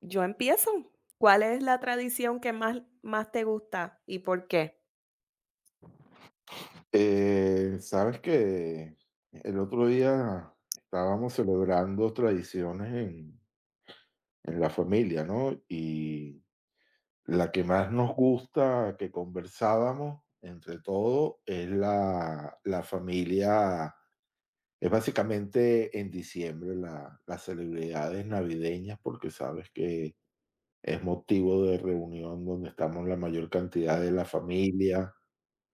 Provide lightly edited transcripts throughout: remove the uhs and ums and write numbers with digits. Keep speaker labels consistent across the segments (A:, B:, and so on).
A: Yo empiezo. ¿Cuál es la tradición que más te gusta y por qué?
B: Sabes que el otro día estábamos celebrando tradiciones en la familia, ¿no? Y la que más nos gusta que conversábamos entre todo es la familia, es básicamente en diciembre las celebridades navideñas, porque sabes que es motivo de reunión donde estamos la mayor cantidad de
A: Ah,
B: la familia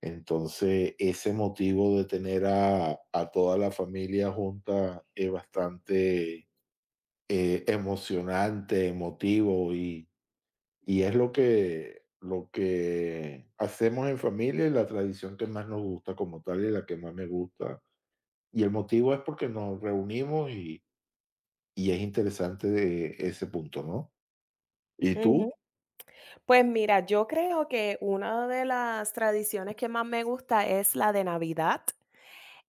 B: entonces, ese motivo de tener a toda la familia junta es bastante emocionante, emotivo y es lo lo que hacemos en familia y la tradición que más nos gusta como tal y la que más me gusta. Y el motivo es porque nos reunimos y es interesante de ese punto, ¿no? ¿Y
A: ujú.
B: tú?
A: Pues mira, yo creo que una de las tradiciones que más me gusta es la de Navidad.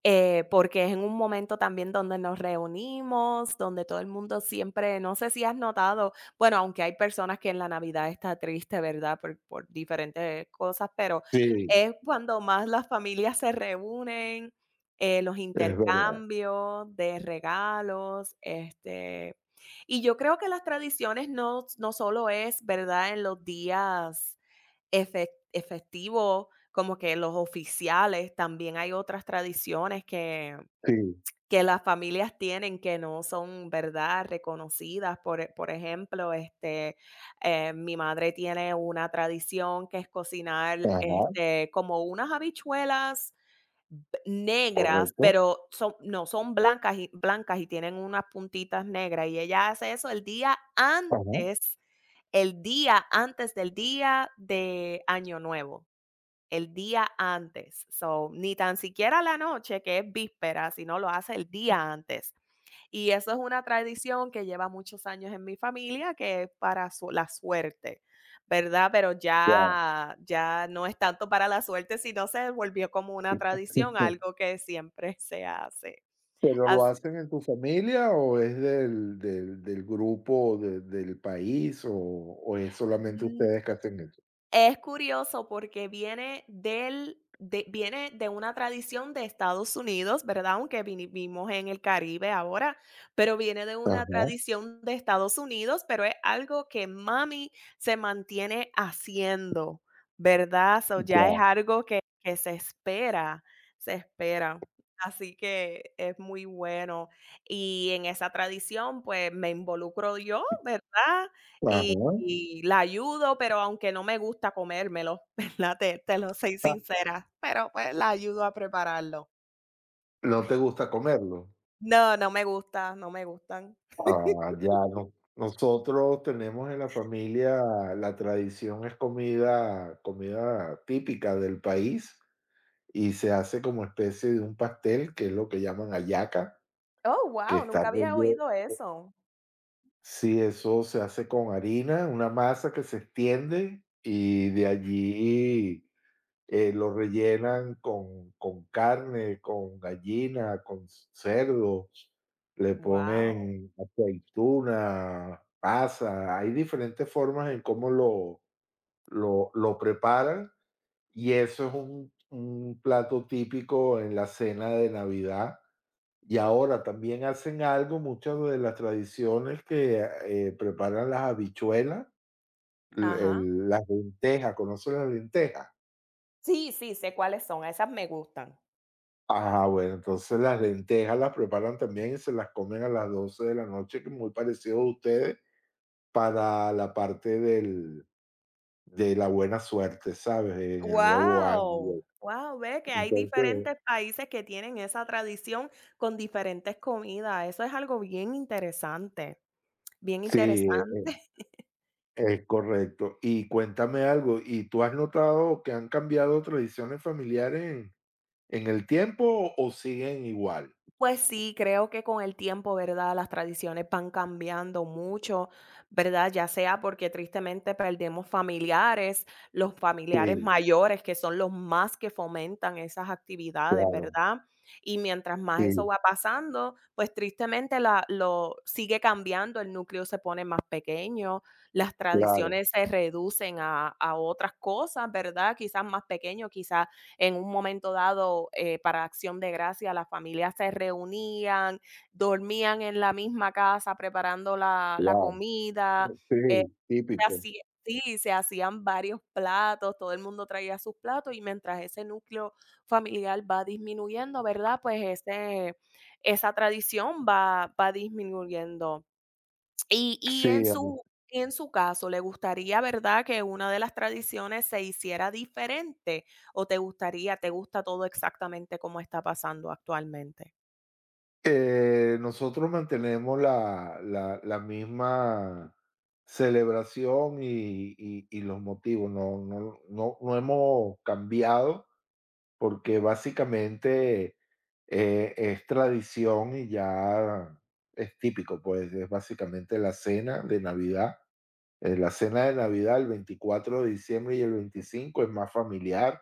A: Porque es en un momento también donde nos reunimos, donde todo el mundo siempre, no sé si has notado, bueno, aunque hay personas que en la Navidad está triste, ¿verdad? Por diferentes cosas, pero
B: Sí,
A: es cuando más las familias se reúnen, los
B: es verdad.
A: intercambios de regalos, este, y yo creo que las tradiciones no solo es, ¿verdad? En los días efectivo, como que los oficiales, también hay otras tradiciones que
B: Sí.
A: que las familias tienen que no son, ¿verdad?, reconocidas. Por ejemplo, este, mi madre tiene una tradición que es cocinar,
B: Ajá,
A: este, como unas habichuelas b negras,
B: correcto.
A: pero son no, son blancas y tienen unas puntitas negras, y ella hace eso el día
B: Ajá,
A: antes del día de Año Nuevo. El día antes, so, ni tan siquiera la noche, que es víspera, sino lo hace el día antes. Y eso es una tradición que lleva muchos años en mi familia, que es para su la suerte, ¿verdad? Pero
B: ya.
A: ya no es tanto para la suerte, sino se volvió como una tradición, algo que siempre se hace.
B: ¿Pero lo hacen en tu familia o es del grupo de del país o es solamente
A: Así
B: ustedes que hacen eso?
A: Es curioso porque viene de una tradición de Estados Unidos, ¿verdad? Aunque vivimos en el Caribe ahora, pero viene de una
B: Ajá,
A: tradición de Estados Unidos, pero es algo que mami se mantiene haciendo, ¿verdad? So, ya es
B: ya,
A: algo que se espera, se espera. Así que es muy bueno. Y en esa tradición, pues, me involucro yo, ¿verdad? Y
B: ajá.
A: y la ayudo, pero aunque no me gusta comérmelo, ¿verdad? Te lo soy
B: Ah,
A: sincera, pero, pues, la ayudo a prepararlo.
B: ¿no te gusta comerlo?
A: No, no me gusta, no me gustan.
B: Ah, ya, no. Nosotros tenemos en la familia, la tradición es comida típica del país y se hace como especie de un pastel, que es lo que llaman hallaca,
A: Oh,
B: que
A: wow,
B: está
A: nunca había
B: relleno.
A: oído eso.
B: Sí, eso se hace con harina, una masa que se extiende y de allí, lo rellenan con carne, con gallina, con c cerdo, le
A: Wow.
B: ponen aceituna, pasa, hay diferentes formas en cómo lo preparan, y eso es un plato típico en la cena de Navidad. Y ahora también hacen algo, muchas de las tradiciones que, preparan las habichuelas, l
A: Ajá.
B: el las lentejas, ¿conoces las lentejas?
A: Sí, sí, sé cuáles son, esas me gustan.
B: Ajá, bueno, entonces las lentejas las preparan también y se las comen a las 12 de la noche, que es muy parecido a ustedes, para la parte del de la buena suerte, ¿sabes? En el nuevo año. Y
A: Wow,
B: eso.
A: wow, ve que hay
B: Entonces
A: diferentes países que tienen esa tradición con diferentes comidas. Eso es algo bien interesante, bien
B: sí,
A: interesante.
B: es correcto. Y cuéntame algo, ¿y tú has notado que han cambiado tradiciones familiares en el tiempo o siguen igual?
A: Pues sí, creo que con el tiempo, ¿verdad? Las tradiciones van cambiando mucho, ¿verdad? Ya sea porque tristemente perdemos familiares, los familiares
B: Sí,
A: mayores que son los más que fomentan esas actividades,
B: claro,
A: ¿verdad? Y mientras
B: sí,
A: más eso va pasando, pues tristemente lo sigue cambiando, el núcleo se pone más pequeño, las
B: claro,
A: tradiciones se reducen a otras cosas, ¿verdad? Quizás más pequeño, quizás en un momento dado, para Acción de Gracias, las familias se reunían, dormían en la misma casa preparando la
B: claro.
A: comida, eh,
B: Sí, típico.
A: se hacían varios platos, todo el mundo traía sus platos y mientras ese núcleo familiar va disminuyendo, ¿verdad? Pues ese esa tradición va disminuyendo. Y y en
B: Sí,
A: su y en su caso, ¿le gustaría, verdad, que una de las tradiciones se hiciera diferente o te gusta todo exactamente como está pasando actualmente?
B: Nosotros mantenemos la misma celebración y los motivos, no hemos cambiado porque básicamente es tradición y ya es típico, pues es básicamente la cena de Navidad. La cena de Navidad, el 24 de diciembre y el 25 es más familiar.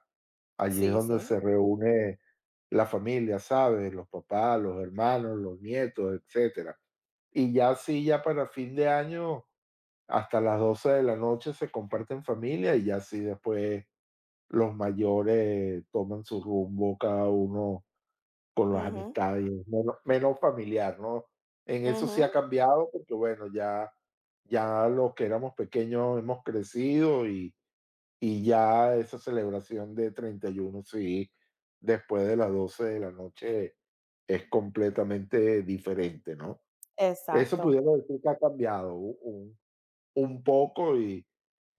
B: Allí es
A: Sí,
B: donde
A: sí.
B: se reúne la familia, ¿sabes? Los papás, los hermanos, los nietos, etcétera. Y ya sí, ya para fin de año, hasta las 12 de la noche se comparten familia y ya sí después los mayores toman su rumbo, cada uno con las
A: Ujú,
B: amistades, menos familiar, ¿no? En eso sí ha
A: ujú.
B: cambiado, porque bueno, ya los que éramos pequeños hemos crecido y ya esa celebración de 31 sí, después de las 12 de la noche es completamente diferente, ¿no? Eso
A: Exacto.
B: pudiera decir que ha cambiado u un poco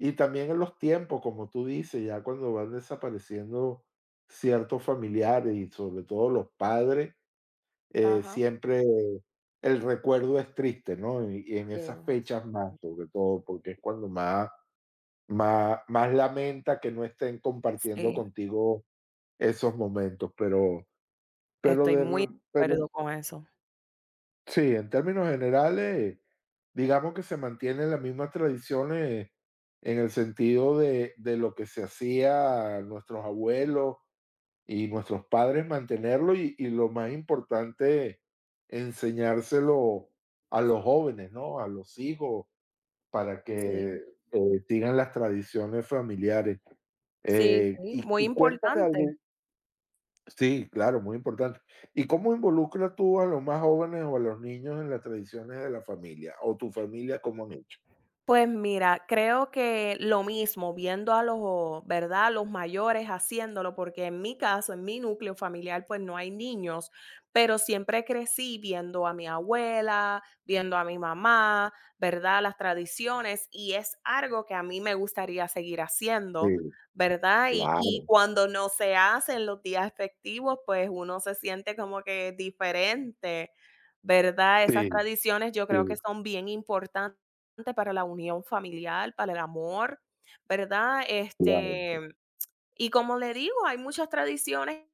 B: y también en los tiempos, como tú dices, ya cuando van desapareciendo ciertos familiares y sobre todo los padres,
A: Ajá.
B: siempre el recuerdo es triste, ¿no? Y en esas
A: Sí,
B: fechas más, sobre todo, porque es cuando más lamenta que no estén compartiendo
A: sí,
B: contigo esos momentos, pero
A: estoy
B: de
A: muy de
B: r pero
A: acuerdo con eso.
B: sí, en términos generales, digamos que se mantienen las mismas tradiciones en el sentido de lo que se hacía nuestros abuelos y nuestros padres mantenerlo y lo más importante, enseñárselo a los jóvenes, ¿no? A los hijos, para que
A: Sí,
B: sigan las tradiciones familiares.
A: sí, sí, muy
B: Y cuéntame algo,
A: importante.
B: sí, claro, muy importante. ¿Y cómo involucras tú a los más jóvenes o a los niños en las tradiciones de la familia o tu familia, cómo han hecho?
A: Pues mira, creo que lo mismo, viendo a los, ¿verdad? Los mayores haciéndolo, porque en mi caso, en mi núcleo familiar, pues no hay niños, pero siempre crecí viendo a mi abuela, viendo a mi mamá, ¿verdad? Las tradiciones y es algo que a mí me gustaría seguir haciendo,
B: Sí,
A: ¿verdad? Y
B: claro,
A: cuando no se hacen los días festivos, pues uno se siente como que diferente, ¿verdad? Esas
B: sí,
A: tradiciones yo creo que
B: sí,
A: son bien importantes para la unión familiar, para el amor, ¿verdad?
B: claro.
A: Este, y como le digo, hay muchas tradiciones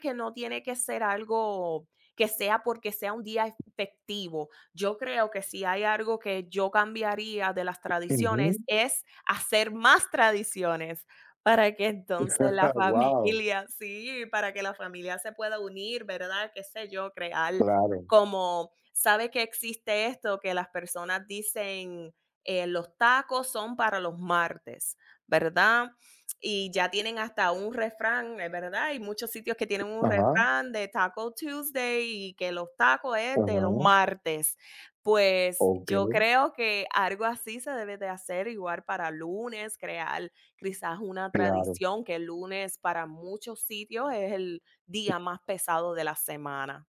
A: que no tiene que ser algo que sea porque sea un día festivo. Yo creo que si hay algo que yo cambiaría de las tradiciones es hacer más tradiciones para que entonces la
B: Wow,
A: familia, sí, para que la familia se pueda unir, ¿verdad? Qué sé yo, crear
B: claro.
A: como, ¿sabe que existe esto? Que las personas dicen, los tacos son para los martes, ¿verdad? Y ya tienen hasta un refrán, es verdad, hay muchos sitios que tienen un
B: Ajá,
A: refrán de Taco Tuesday y que los tacos es de
B: ajá,
A: los martes. Pues yo
B: ok.
A: creo que algo así se debe de hacer igual para lunes, crear quizás una
B: Claro.
A: tradición que el lunes para muchos sitios es el día más pesado de la semana.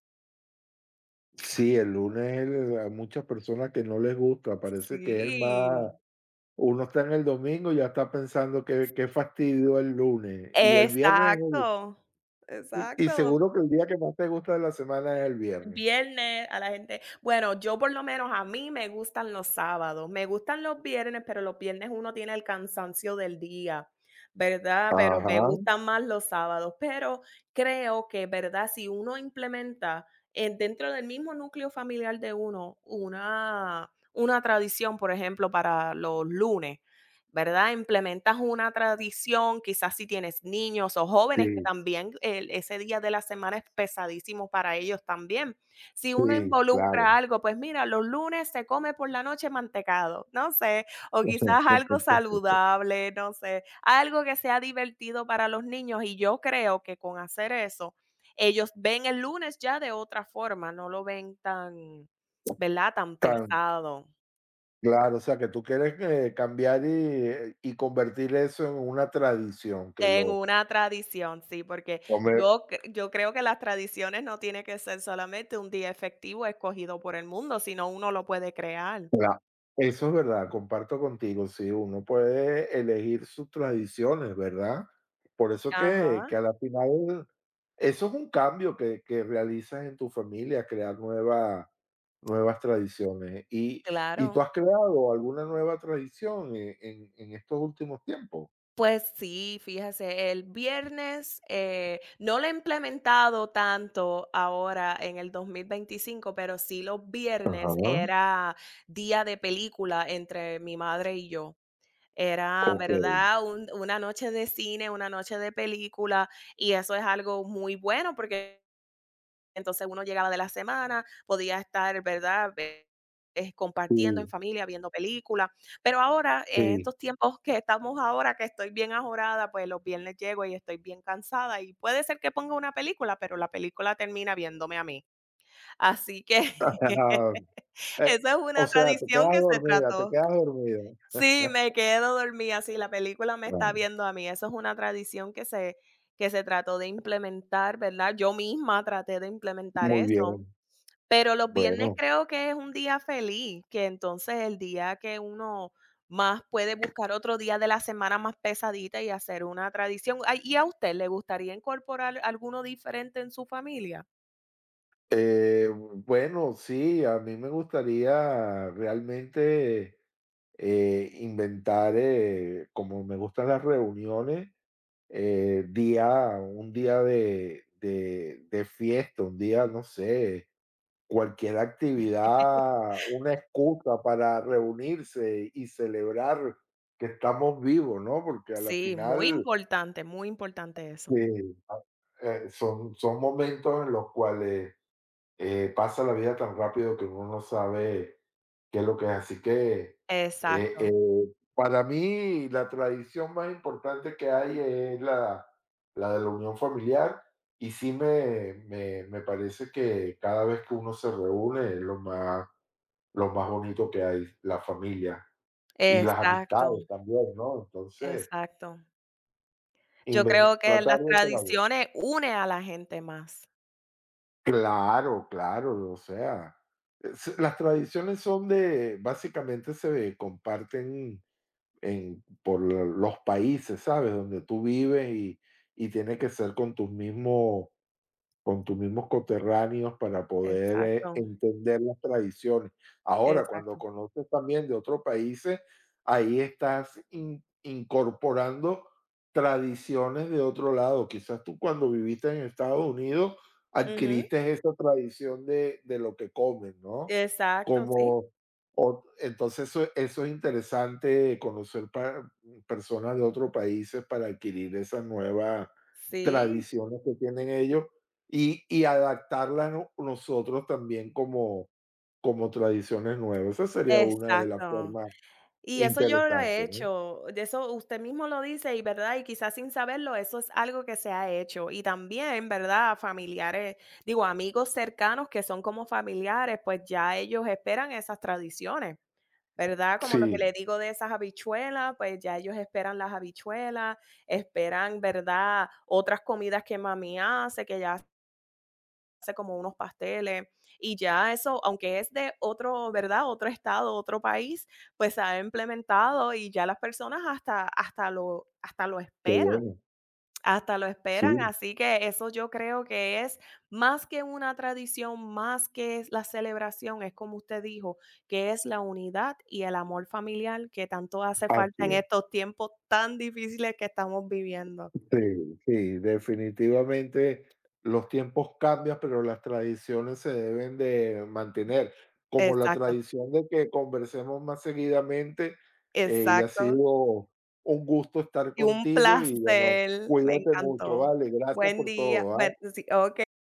B: Sí, el lunes el a muchas personas que no les gusta, parece que es el más
A: Sí.
B: uno está en el domingo y ya está pensando qué fastidio el lunes, y el viernes es el
A: Exacto,
B: y
A: exacto.
B: seguro que el día que más te gusta de la semana es el viernes.
A: Viernes a la gente bueno, yo por lo menos a mí me gustan los sábados, me gustan los viernes, pero los viernes uno tiene el cansancio del día, ¿verdad? Pero me
B: Ajá,
A: gustan más los sábados, pero creo que, ¿verdad? Si uno implementa, dentro del mismo núcleo familiar de uno, una tradición, por ejemplo, para los lunes, ¿verdad? Implementas una tradición, quizás si tienes niños o jóvenes que
B: sí,
A: también el ese día de la semana es pesadísimo para ellos también. Si uno
B: sí, claro.
A: involucra algo, pues mira, los lunes se come por la noche mantecado, no sé, o quizás algo saludable, no sé, algo que sea divertido para los niños, y yo creo que con hacer eso, ellos ven el lunes ya de otra forma, no lo ven tan, ¿verdad?, tan
B: Tan
A: pesado.
B: claro, o sea, que tú quieres, cambiar y convertir eso en una tradición, que
A: En
B: lo
A: una tradición, sí, porque
B: come.
A: yo creo que las tradiciones no tiene que ser solamente un día efectivo escogido por el mundo, sino uno lo puede crear.
B: Cla Eso es verdad, comparto contigo, sí, uno puede elegir sus tradiciones, ¿verdad? Por eso que
A: Ajá,
B: a la final eso es un cambio que realizas en tu familia, crear nuevas tradiciones. Y tú
A: claro.
B: has creado alguna nueva tradición en estos últimos tiempos?
A: Pues sí, fíjese, el viernes, no lo he implementado tanto ahora en el 2025, pero sí los viernes
B: Ajá,
A: era día de película entre mi madre y yo. Era,
B: okey,
A: ¿verdad? Una noche de cine, una noche de película, y eso es algo muy bueno porque entonces, uno llegaba de la semana, podía estar, ¿verdad?, compartiendo en
B: sí,
A: familia, viendo películas. Pero ahora, en
B: sí.
A: estos tiempos que estamos ahora, que estoy bien ajorada, pues los viernes llego y estoy bien cansada, y puede ser que ponga una película, pero la película termina viéndome a mí. Así que
B: Eh,
A: esa es
B: o
A: una
B: sea, te
A: tradición que
B: quedas
A: se
B: dormida, te
A: trató.
B: quedas dormida.
A: Sí, me quedo dormida, sí, la película me está
B: Claro,
A: viendo a mí. Eso es una tradición que se trató de implementar, ¿verdad? Yo misma traté de implementar
B: muy
A: eso.
B: bien,
A: Pero los viernes
B: bueno.
A: creo que es un día feliz, que entonces el día que uno más puede buscar otro día de la semana más pesadita y hacer una tradición. Ay, ¿y a usted le gustaría incorporar alguno diferente en su familia?
B: Bueno, sí, a mí me gustaría realmente, inventar, como me gustan las reuniones, día un día de fiesta, un día, no sé, cualquier actividad, una excusa para reunirse y celebrar que estamos vivos, ¿no? Porque a la
A: Sí,
B: final,
A: muy importante eso.
B: eh, son son momentos en los cuales pasa la vida tan rápido que uno no sabe qué es lo que es. Así que, eh eh,
A: Exacto,
B: para mí, la tradición más importante que hay es la de la unión familiar, y sí me parece que cada vez que uno se reúne es lo más bonito que hay, la familia y las
A: exacto,
B: amistades también, ¿no? Entonces,
A: exacto. Yo
B: inven
A: creo que
B: tratar
A: las
B: de colaborar.
A: tradiciones une a la gente más.
B: Claro, claro, o sea, es las
A: Sí.
B: tradiciones son de básicamente se comparten en por los países, ¿sabes?, donde tú vives y tiene que ser con tus mismos coterráneos para poder,
A: Exacto,
B: entender las tradiciones. Ahora, cuando
A: exacto.
B: conoces también de otros países, ahí estás in incorporando tradiciones de otro lado. Quizás tú cuando viviste en Estados Unidos
A: Ujú,
B: adquiriste esa tradición de lo que comen, ¿no?
A: exacto, sí,
B: Como entonces, eso es interesante conocer pa personas de otros países para adquirir esas nuevas
A: sí,
B: tradiciones que tienen ellos y adaptarlas no nosotros también como como tradiciones nuevas. Esa sería una de las
A: exacto.
B: formas
A: Y eso yo lo he
B: interesantes, ¿no?
A: hecho, de eso usted mismo lo dice y, ¿verdad? Y quizás sin saberlo, eso es algo que se ha hecho. Y también, ¿verdad? Familiares, digo, amigos cercanos que son como familiares, pues ya ellos esperan esas tradiciones. ¿Verdad? Como lo que le
B: Sí,
A: digo de esas habichuelas, pues ya ellos esperan las habichuelas, esperan, ¿verdad? Otras comidas que mami hace, que ya hace como unos pasteles, y ya eso, aunque es de otro, ¿verdad? Otro estado, otro país, pues se ha implementado y ya las personas hasta lo
B: qué
A: esperan.
B: bueno.
A: Hasta lo esperan,
B: Sí,
A: así que eso yo creo que es más que una tradición, más que es la celebración, es como usted dijo, que es la unidad y el amor familiar que tanto hace falta
B: así
A: en
B: es.
A: estos tiempos tan difíciles que estamos viviendo.
B: Sí, sí, definitivamente los tiempos cambian, pero las tradiciones se deben de mantener, como la
A: Exacto,
B: tradición de que conversemos más seguidamente, ha
A: exacto.
B: sido un gusto estar
A: Y un
B: contigo y bueno,
A: placer, me
B: cuídate mucho,
A: encantó.
B: vale, gracias
A: Buen
B: por
A: día.
B: todo,
A: Bueno,
B: ¿ah?
A: sí, okey.